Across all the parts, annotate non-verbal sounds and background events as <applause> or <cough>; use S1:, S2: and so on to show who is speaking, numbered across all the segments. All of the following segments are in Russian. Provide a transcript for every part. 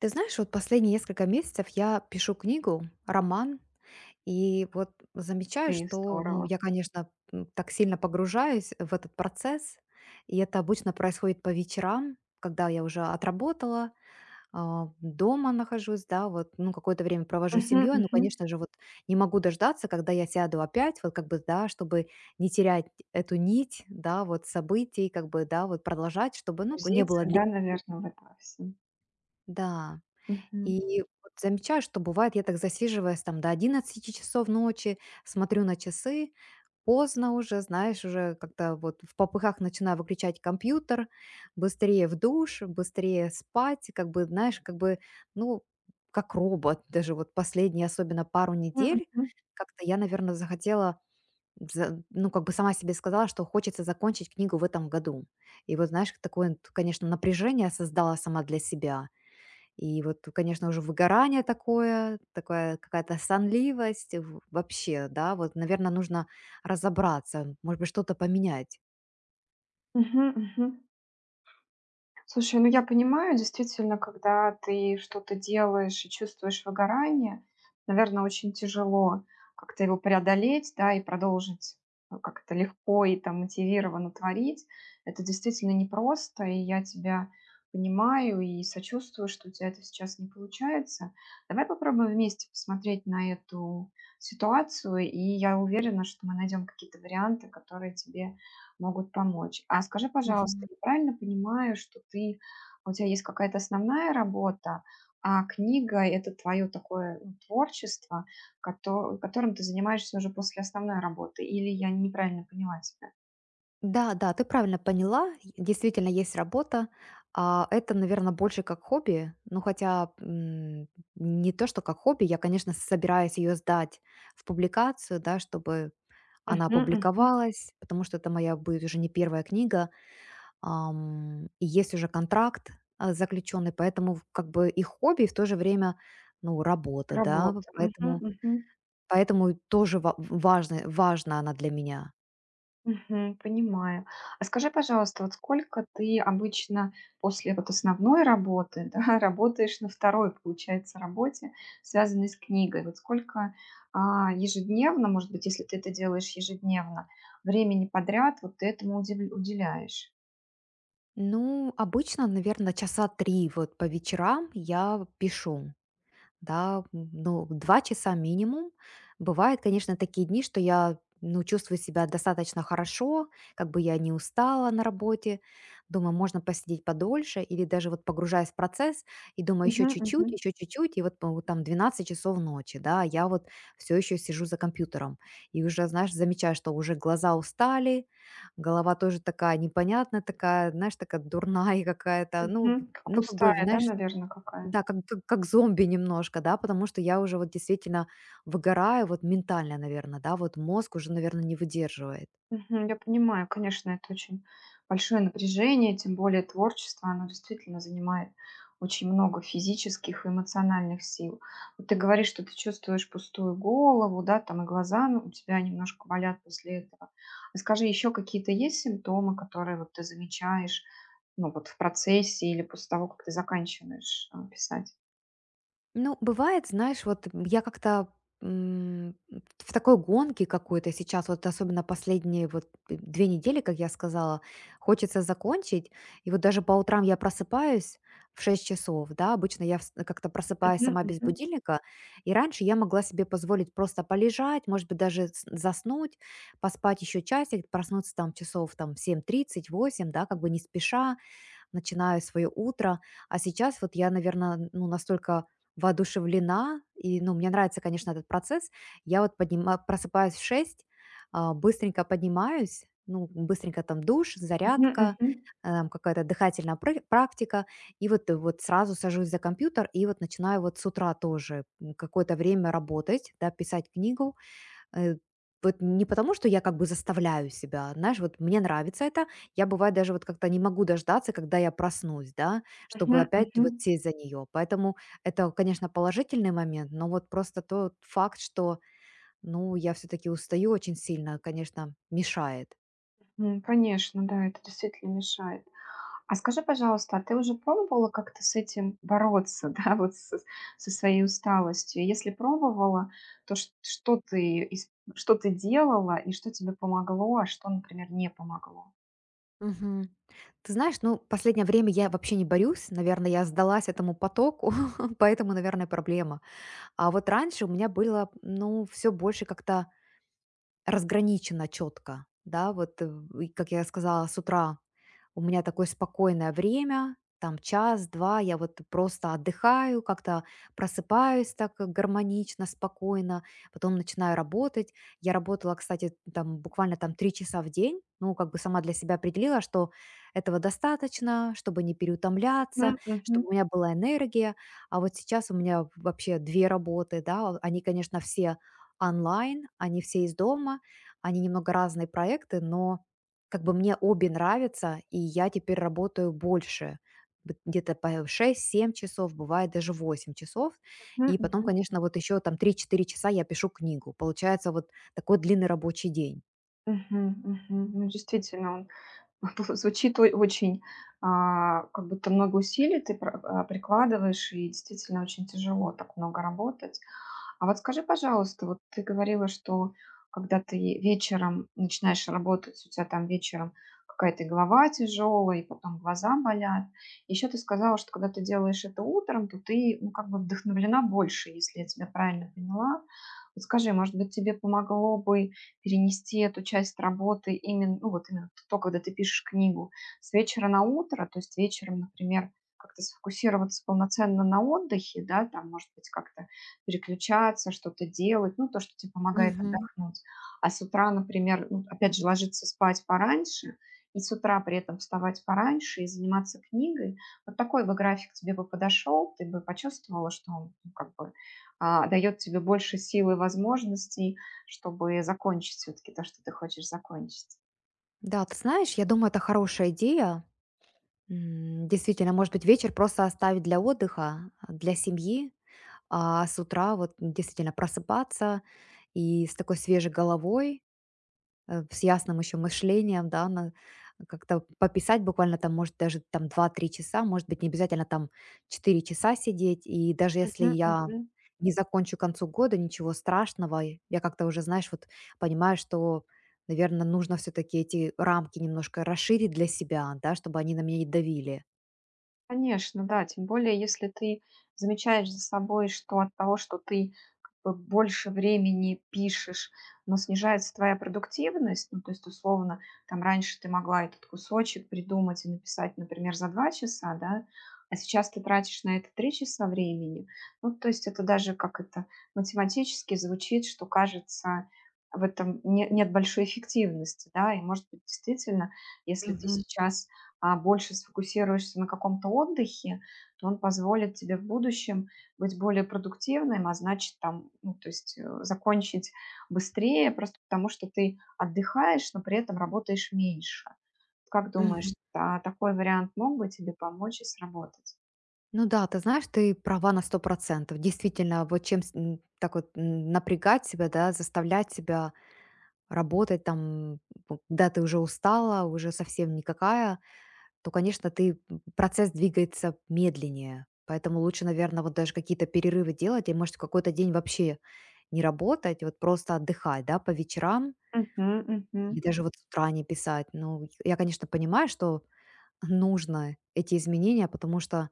S1: Ты знаешь, вот последние несколько месяцев я пишу книгу, роман, и вот замечаю,
S2: Ты
S1: что,
S2: здорово.
S1: я, конечно, так сильно погружаюсь в этот процесс, и это обычно происходит по вечерам, когда я уже отработала, дома нахожусь, да, вот, ну, какое-то время провожу с
S2: Мгм,
S1: семьей, ну,
S2: мгм.
S1: конечно же, вот не могу дождаться, когда я сяду опять, вот, как бы, да, чтобы не терять эту нить, да, вот, событий, как бы, да, вот, продолжать, чтобы, ну, не было
S2: Грузинцы,
S1: для...
S2: да, наверно, в этом во всем.
S1: Да,
S2: Мгм.
S1: и вот замечаю, что бывает, я так засиживаюсь там до 11 часов ночи, смотрю на часы, поздно уже, знаешь, уже как-то вот в попыхах начинаю выключать компьютер, быстрее в душ, быстрее спать, как бы, знаешь, как бы, ну, как робот, даже вот последние, особенно пару
S2: М,
S1: недель,
S2: мгм.
S1: как-то я, наверное, захотела, ну, как бы сама себе сказала, что хочется закончить книгу в этом году. И вот, знаешь, такое, вот, конечно, напряжение создала сама для себя. И вот, конечно, уже выгорание такое, такая какая-то сонливость вообще, да, вот, наверное, нужно разобраться, может быть, что-то поменять.
S2: Мгм, мгм. Слушай, ну я понимаю, действительно, когда ты что-то делаешь и чувствуешь выгорание, наверное, очень тяжело как-то его преодолеть, да, и продолжить, ну, как это легко и там мотивированно творить. Это действительно непросто, и я тебя понимаю и сочувствую, что у тебя это сейчас не получается. Давай попробуем вместе посмотреть на эту ситуацию, и я уверена, что мы найдем какие-то варианты, которые тебе могут помочь. А скажи, пожалуйста,
S1: Мгм.
S2: я правильно понимаю, что ты, у тебя есть какая-то основная работа, а книга – это твое такое, ну, творчество, которым ты занимаешься уже после основной работы? Или я неправильно поняла тебя?
S1: Да, да, ты правильно поняла. Действительно, есть работа. А это, наверное, больше как хобби. Ну, хотя не то, что как хобби. Я, конечно, собираюсь ее сдать в публикацию, да, чтобы она
S2: Мгм, мгм.
S1: опубликовалась, потому что это моя будет уже не первая книга. И есть уже контракт, заключенный, поэтому в как бы и хобби, и в то же время, ну, работа, да,
S2: Работа. Мгм,
S1: поэтому
S2: мгм.
S1: поэтому тоже ва важно важна она для меня.
S2: Мгм. Понимаю. А скажи, пожалуйста, вот сколько ты обычно после вот основной работы, <laughs> да, работаешь на второй, получается, работе, связанной с книгой? Вот сколько ежедневно, может быть, если ты это делаешь ежедневно, времени подряд вот ты этому уделяешь?
S1: Ну, обычно, наверное, 3 часа вот по вечерам я пишу. Да, ну, 2 часа минимум. Бывают, конечно, такие дни, что я, ну, чувствую себя достаточно хорошо, как бы я не устала на работе. Думаю, можно посидеть подольше или даже вот погружаясь в процесс и думаю,
S2: Мгм, мгм, мгм.
S1: еще чуть-чуть, и вот, ну, вот там 12 часов ночи, да, а я вот все еще сижу за компьютером. И уже, знаешь, замечаю, что уже глаза устали, голова тоже такая непонятная, такая, знаешь, такая дурная <laughs> какая-то. Ну,
S2: Мгм. Как
S1: ну как бы,
S2: пустая, да,
S1: знаешь,
S2: наверное,
S1: да,
S2: какая-то?
S1: как как зомби немножко, да, потому что я уже вот действительно выгораю вот ментально, наверное, да, вот мозг уже, наверное, не выдерживает.
S2: Мгм. Я понимаю, конечно, это очень большое напряжение, тем более творчество, оно действительно занимает очень много физических и эмоциональных сил. Вот ты говоришь, что ты чувствуешь пустую голову, да, там и глаза, ну, у тебя немножко болят после этого. А скажи, еще какие-то есть симптомы, которые вот ты замечаешь, ну, вот в процессе или после того, как ты заканчиваешь писать?
S1: Ну, бывает, знаешь, вот я как-то м, в такой гонке какой-то сейчас, вот особенно последние вот 2 недели, как я сказала, хочется закончить. И вот даже по утрам я просыпаюсь в 6 часов, да, обычно я как-то просыпаюсь
S2: Мгм,
S1: сама без
S2: мгм,
S1: будильника, и раньше я могла себе позволить просто полежать, может быть, даже заснуть, поспать еще часик, проснуться там часов там в 7:30-8:00, да, как бы не спеша, начинаю свое утро. А сейчас вот я, наверное, ну, настолько воодушевлена, и, ну, мне нравится, конечно, этот процесс. Я вот просыпаюсь в 6, быстренько поднимаюсь, ну, быстренько там душ,
S2: мгм,
S1: зарядка,
S2: мгм,
S1: какая-то дыхательная практика, и вот, вот сразу сажусь за компьютер и вот начинаю вот с утра тоже какое-то время работать, да, писать книгу. Э, вот не потому, что я как бы заставляю себя, знаешь, вот мне нравится это, я бывает даже вот как-то не могу дождаться, когда я проснусь, да, чтобы
S2: мгм,
S1: опять
S2: мгм.
S1: вот сесть за нее. Поэтому это, конечно, положительный момент, но вот просто тот факт, что, ну, я все-таки устаю очень сильно, конечно, мешает.
S2: Конечно, да, это действительно мешает. А скажи, пожалуйста, а ты уже пробовала как-то с этим бороться, <laughs> да, вот со своей усталостью? Если пробовала, то что ты, что ты делала и что тебе помогло, а что, например, не помогло?
S1: Мгм. Ты знаешь, ну, последнее время я вообще не борюсь, наверное, я сдалась этому потоку, <laughs> поэтому, наверное, проблема. А вот раньше у меня было, ну, все больше как-то разграничено четко, да, вот, и как я сказала, с утра у меня такое спокойное время, там час-два, я вот просто отдыхаю, как-то просыпаюсь так гармонично, спокойно, потом начинаю работать. Я работала, кстати, там буквально там 3 часа в день, ну, как бы сама для себя определила, что этого достаточно, чтобы не переутомляться,
S2: Мгм, мгм,
S1: чтобы у меня была энергия. А вот сейчас у меня вообще две работы, да, они, конечно, все онлайн, они все из дома, они немного разные проекты, но как бы мне обе нравятся, и я теперь работаю больше, где-то по 6-7 часов, бывает даже 8 часов.
S2: мгм,
S1: И потом,
S2: мгм.
S1: конечно, вот еще там 3-4 часа я пишу книгу. Получается вот такой длинный рабочий день.
S2: Мгм, мгм. Ну, действительно, он <laughs> звучит очень, как будто много усилий ты прикладываешь, и действительно очень тяжело так много работать. А вот скажи, пожалуйста, вот ты говорила, что когда ты вечером начинаешь работать, у тебя там вечером какая-то голова тяжелая, и потом глаза болят. Еще ты сказала, что когда ты делаешь это утром, то ты, ну, как бы вдохновлена больше, если я тебя правильно поняла. Вот скажи, может быть, тебе помогло бы перенести эту часть работы именно, ну вот именно то, когда ты пишешь книгу, с вечера на утро, то есть вечером, например, как-то сфокусироваться полноценно на отдыхе, да, там, может быть, как-то переключаться, что-то делать, ну, то, что тебе помогает
S1: Мгм.
S2: отдохнуть. А с утра, например, ну, опять же, ложиться спать пораньше и с утра при этом вставать пораньше и заниматься книгой. Вот такой бы график тебе бы подошел, ты бы почувствовала, что он, ну, как бы дает тебе больше сил и возможностей, чтобы закончить все-таки то, что ты хочешь закончить.
S1: Да, ты знаешь, я думаю, это хорошая идея. Действительно, может быть, вечер просто оставить для отдыха, для семьи. А с утра вот действительно просыпаться и с такой свежей головой, с ясным еще мышлением, да, как-то пописать буквально там, может, даже там 2-3 часа, может быть, не обязательно там 4 часа сидеть. И даже если
S2: Мгм,
S1: я
S2: мгм.
S1: не закончу к концу года, ничего страшного, и я как-то уже, знаешь, вот понимаю, что, наверное, нужно все-таки эти рамки немножко расширить для себя, да, чтобы они на меня не давили.
S2: Конечно, да. Тем более, если ты замечаешь за собой, что от того, что ты как бы больше времени пишешь, но снижается твоя продуктивность, ну, то есть, условно, там раньше ты могла этот кусочек придумать и написать, например, за 2 часа, да, а сейчас ты тратишь на это 3 часа времени. Ну, то есть это даже как это математически звучит, что кажется, в этом нет большой эффективности, да, и, может быть, действительно, если ты
S1: Мгм.
S2: сейчас больше сфокусируешься на каком-то отдыхе, то он позволит тебе в будущем быть более продуктивным, а значит, там, ну, то есть закончить быстрее, просто потому что ты отдыхаешь, но при этом работаешь меньше. Как
S1: Мгм.
S2: думаешь, а такой вариант мог бы тебе помочь и сработать?
S1: Ну да, ты знаешь, ты права на 100%. Действительно, вот так вот напрягать себя, да, заставлять себя работать там, когда ты уже устала, уже совсем никакая, то, конечно, ты процесс двигается медленнее. Поэтому лучше, наверное, вот даже какие-то перерывы делать, и, может, в какой-то день вообще не работать, вот просто отдыхать, да, по вечерам,
S2: Мгм, мгм.
S1: или даже вот с утра не писать. Ну, я, конечно, понимаю, что нужно эти изменения, потому что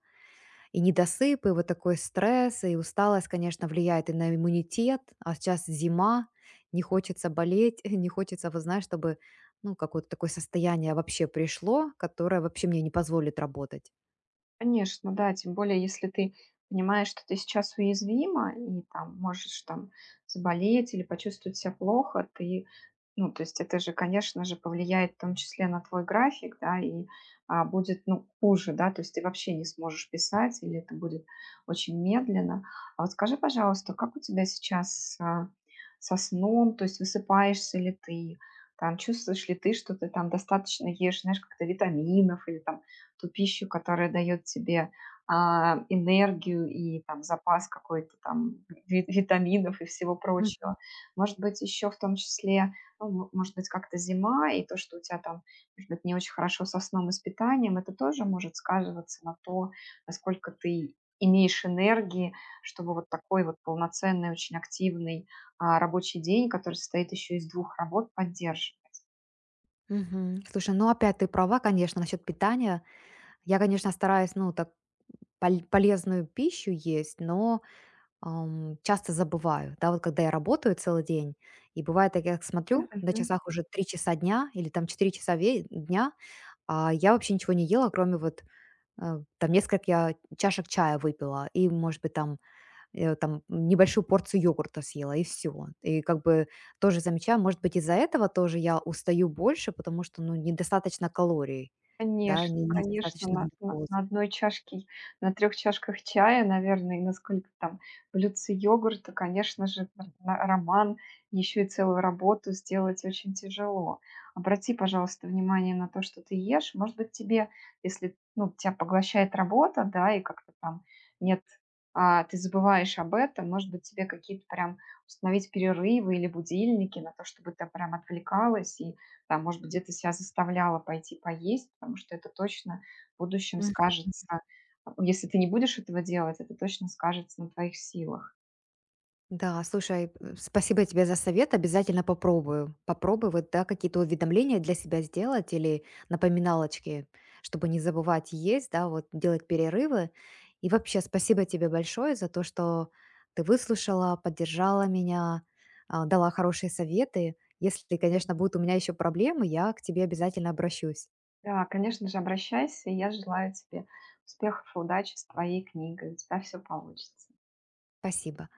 S1: и недосып, и вот такой стресс, и усталость, конечно, влияет и на иммунитет. А сейчас зима, не хочется болеть, <laughs> не хочется, вот знаешь, чтобы, ну, какое-то такое состояние вообще пришло, которое вообще мне не позволит работать.
S2: Конечно, да. Тем более, если ты понимаешь, что ты сейчас уязвима и там можешь там заболеть или почувствовать себя плохо, ты, ну, то есть это же, конечно же, повлияет в том числе на твой график, да, и будет, ну, хуже, да, то есть ты вообще не сможешь писать или это будет очень медленно. А вот скажи, пожалуйста, как у тебя сейчас со сном, то есть высыпаешься ли ты, там чувствуешь ли ты, что ты там достаточно ешь, знаешь, как-то витаминов или там ту пищу, которая дает тебе энергию и там запас какой-то там витаминов и всего
S1: Мгм.
S2: прочего. Может быть, еще в том числе, ну, может быть, как-то зима, и то, что у тебя там, может быть, не очень хорошо со сном и с питанием, это тоже может сказываться на то, насколько ты имеешь энергии, чтобы вот такой вот полноценный, очень активный, рабочий день, который состоит еще из 2 работ, поддерживать.
S1: Мгм. Слушай, ну опять ты права, конечно, насчет питания. Я, конечно, стараюсь, ну, так полезную пищу есть, но часто забываю, да, вот когда я работаю целый день, и бывает, так я смотрю, на часах уже 3 часа дня или там 4 часа дня, а я вообще ничего не ела, кроме вот, там несколько я чашек чая выпила и, может быть, там, там небольшую порцию йогурта съела и все. И как бы тоже замечаю, может быть, из-за этого тоже я устаю больше, потому что, ну, недостаточно калорий, да,
S2: Конечно,
S1: не
S2: конечно,
S1: недостаточно
S2: на на
S1: глюкозы.
S2: на одной чашке, на трех чашках чая, наверное, и на сколько там блюдце йогурта, конечно же, р на роман, еще и целую работу сделать очень тяжело. Обрати, пожалуйста, внимание на то, что ты ешь. Может быть, тебе, если, ну, тебя поглощает работа, да, и как-то там нет, ты забываешь об этом, может быть, тебе какие-то прям установить перерывы или будильники на то, чтобы ты прям отвлекалась и там, может быть, где-то себя заставляла пойти поесть, потому что это точно в будущем скажется. А, если ты не будешь этого делать, это точно скажется на твоих силах.
S1: Да, слушай, спасибо тебе за совет, обязательно попробую. Попробую вот, да, какие-то уведомления для себя сделать или напоминалочки, чтобы не забывать есть, да, вот делать перерывы. И вообще спасибо тебе большое за то, что ты выслушала, поддержала меня, дала хорошие советы. Если, конечно, будут у меня еще проблемы, я к тебе обязательно обращусь.
S2: Да, конечно же, обращайся, и я желаю тебе успехов и удачи с твоей книгой. У тебя все получится.
S1: Спасибо.